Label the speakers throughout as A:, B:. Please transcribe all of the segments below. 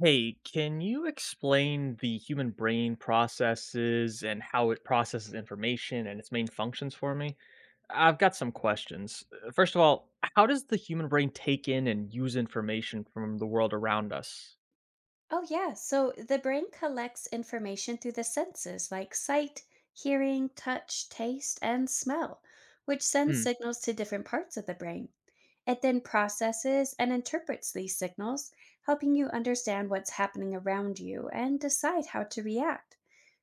A: Hey, can you explain the human brain processes and how it processes information and its main functions for me? I've got some questions. First of all, how does the human brain take in and use information from the world around us?
B: Oh, yeah. So the brain collects information through the senses like sight, hearing, touch, taste, and smell, which sends
A: Hmm.
B: signals to different parts of the brain. It then processes and interprets these signals, helping you understand what's happening around you and decide how to react.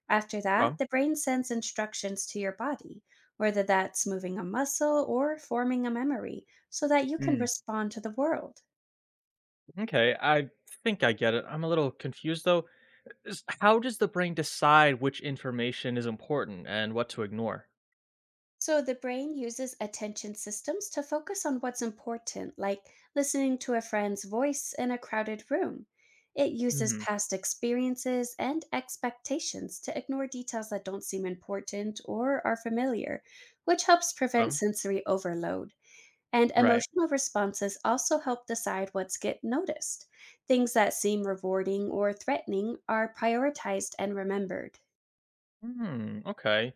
B: After that,
A: Okay.
B: the brain sends instructions to your body, whether that's moving a muscle or forming a memory, so that you can
A: Hmm.
B: respond to the world.
A: Okay, I think I get it. I'm a little confused though. How does the brain decide which information is important and what to ignore?
B: So the brain uses attention systems to focus on what's important, like listening to a friend's voice in a crowded room. It uses
A: Hmm.
B: past experiences and expectations to ignore details that don't seem important or are familiar, which helps prevent
A: Um,
B: sensory overload. And
A: right.
B: emotional responses also help decide what's get noticed. Things that seem rewarding or threatening are prioritized and remembered.
A: Hmm, okay.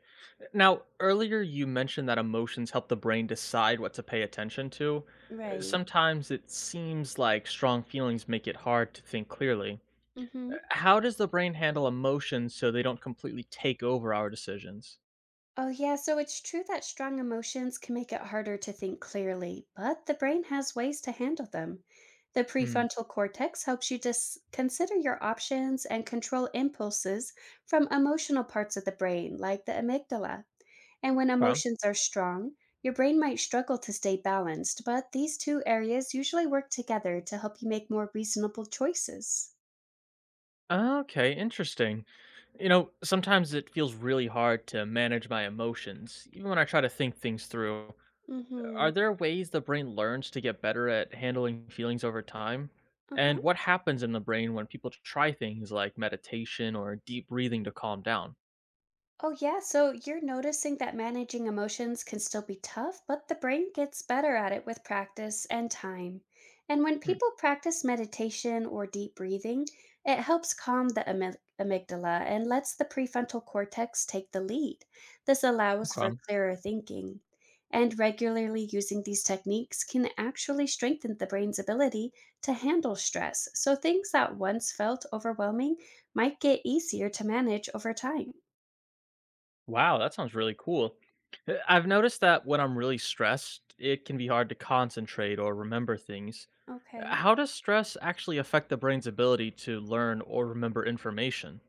A: Now, earlier you mentioned that emotions help the brain decide what to pay attention to.
B: Right.
A: Sometimes it seems like strong feelings make it hard to think clearly.
B: Mhm.
A: How does the brain handle emotions so they don't completely take over our decisions?
B: Oh, yeah, so it's true that strong emotions can make it harder to think clearly, but the brain has ways to handle them. The
A: Hmm.
B: prefrontal cortex helps you to consider your options and control impulses from emotional parts of the brain, like the amygdala. And when
A: Okay,
B: emotions are strong, your brain might struggle to stay balanced, but these two areas usually work together to help you make more reasonable choices.
A: Okay, interesting. You know, sometimes it feels really hard to manage my emotions, even when I try to think things through.
B: Mm hmm.
A: Are there ways the brain learns to get better at handling feelings over time?
B: Uh huh.
A: And what happens in the brain when people try things like meditation or deep breathing to calm down?
B: Oh, yeah. So you're noticing that managing emotions can still be tough, but the brain gets better at it with practice and time. And when
A: Hmm,
B: people practice meditation or deep breathing, it helps calm the amygdala and lets the prefrontal cortex take the lead. This allows for
A: okay.
B: clearer thinking. And regularly using these techniques can actually strengthen the brain's ability to handle stress. So things that once felt overwhelming might get easier to manage over time.
A: Wow, that sounds really cool. I've noticed that when I'm really stressed, it can be hard to concentrate or remember things.
B: Okay.
A: How does stress actually affect the brain's ability to learn or remember information?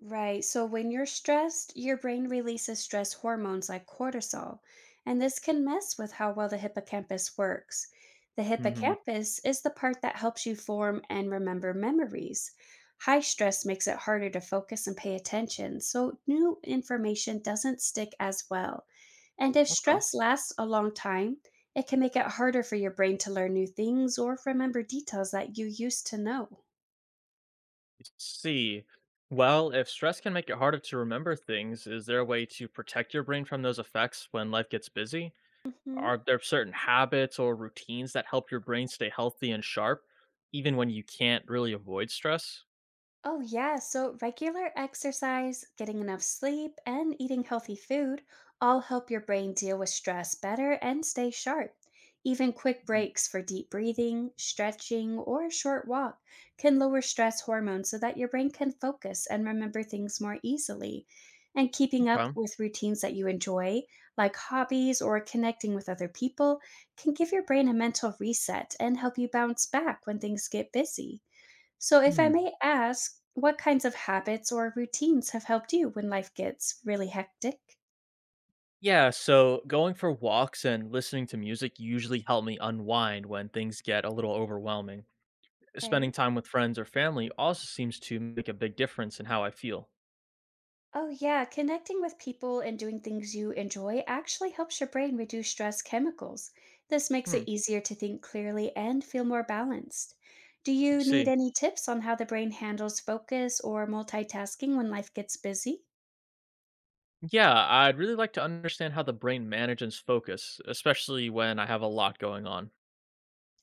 B: Right. So when you're stressed, your brain releases stress hormones like cortisol, and this can mess with how well the hippocampus works. The
A: Hmm.
B: hippocampus is the part that helps you form and remember memories. High stress makes it harder to focus and pay attention, so new information doesn't stick as well. And if stress lasts a long time, it can make it harder for your brain to learn new things or remember details that you used to know.
A: See, well, if stress can make it harder to remember things, is there a way to protect your brain from those effects when life gets busy?
B: Mhm.
A: Are there certain habits or routines that help your brain stay healthy and sharp, even when you can't really avoid stress?
B: Oh, yeah. So, regular exercise, getting enough sleep, and eating healthy food all help your brain deal with stress better and stay sharp. Even quick
A: Mm.
B: breaks for deep breathing, stretching, or a short walk can lower stress hormones so that your brain can focus and remember things more easily. And keeping up
A: Okay.
B: with routines that you enjoy, like hobbies or connecting with other people, can give your brain a mental reset and help you bounce back when things get busy. So, if I
A: Hmm.
B: may ask, what kinds of habits or routines have helped you when life gets really hectic?
A: Yeah, so going for walks and listening to music usually help me unwind when things get a little overwhelming. Spending
B: Okay.
A: time with friends or family also seems to make a big difference in how I feel.
B: Oh, yeah, connecting with people and doing things you enjoy actually helps your brain reduce stress chemicals. This makes it
A: Hmm,
B: easier to think clearly and feel more balanced. Do
A: I
B: you need
A: see.
B: any tips on how the brain handles focus or multitasking when life gets busy?
A: Yeah, I'd really like to understand how the brain manages focus, especially when I have a lot going on.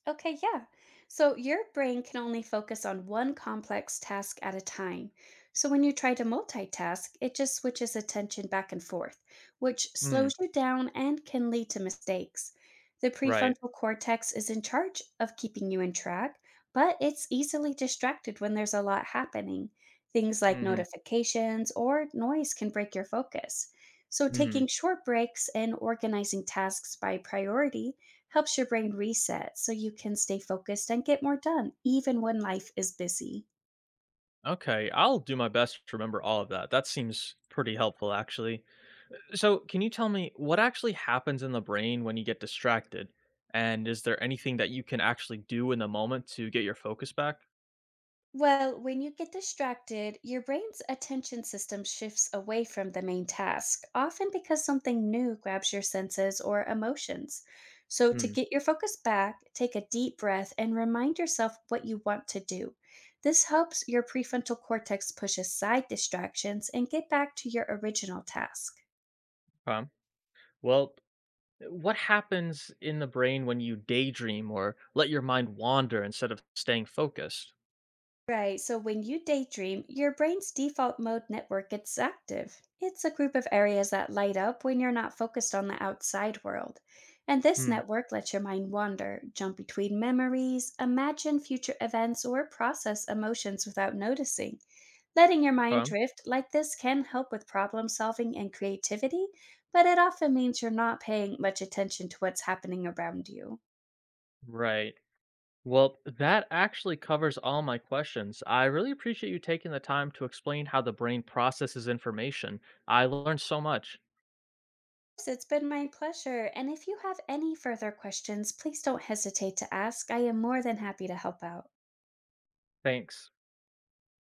B: Okay, yeah. So your brain can only focus on one complex task at a time. So when you try to multitask, it just switches attention back and forth, which
A: Hmm,
B: slows you down and can lead to mistakes. The
A: right.
B: prefrontal cortex is in charge of keeping you in track, but it's easily distracted when there's a lot happening. Things like
A: Hmm.
B: notifications or noise can break your focus. So
A: Hmm.
B: taking short breaks and organizing tasks by priority helps your brain reset so you can stay focused and get more done, even when life is busy.
A: Okay, I'll do my best to remember all of that. That seems pretty helpful, actually. So, can you tell me what actually happens in the brain when you get distracted? And is there anything that you can actually do in the moment to get your focus back?
B: Well, when you get distracted, your brain's attention system shifts away from the main task, often because something new grabs your senses or emotions. So, to
A: Hmm.
B: get your focus back, take a deep breath and remind yourself what you want to do. This helps your prefrontal cortex push aside distractions and get back to your original task.
A: Okay. Well, what happens in the brain when you daydream or let your mind wander instead of staying focused?
B: Right, so when you daydream, your brain's default mode network gets active. It's a group of areas that light up when you're not focused on the outside world. And this
A: Hmm.
B: network lets your mind wander, jump between memories, imagine future events, or process emotions without noticing. Letting your mind
A: Okay.
B: drift like this can help with problem solving and creativity, but it often means you're not paying much attention to what's happening around you.
A: Right. Well, that actually covers all my questions. I really appreciate you taking the time to explain how the brain processes information. I learned so much.
B: Yes, it's been my pleasure. And if you have any further questions, please don't hesitate to ask. I am more than happy to help out.
A: Thanks.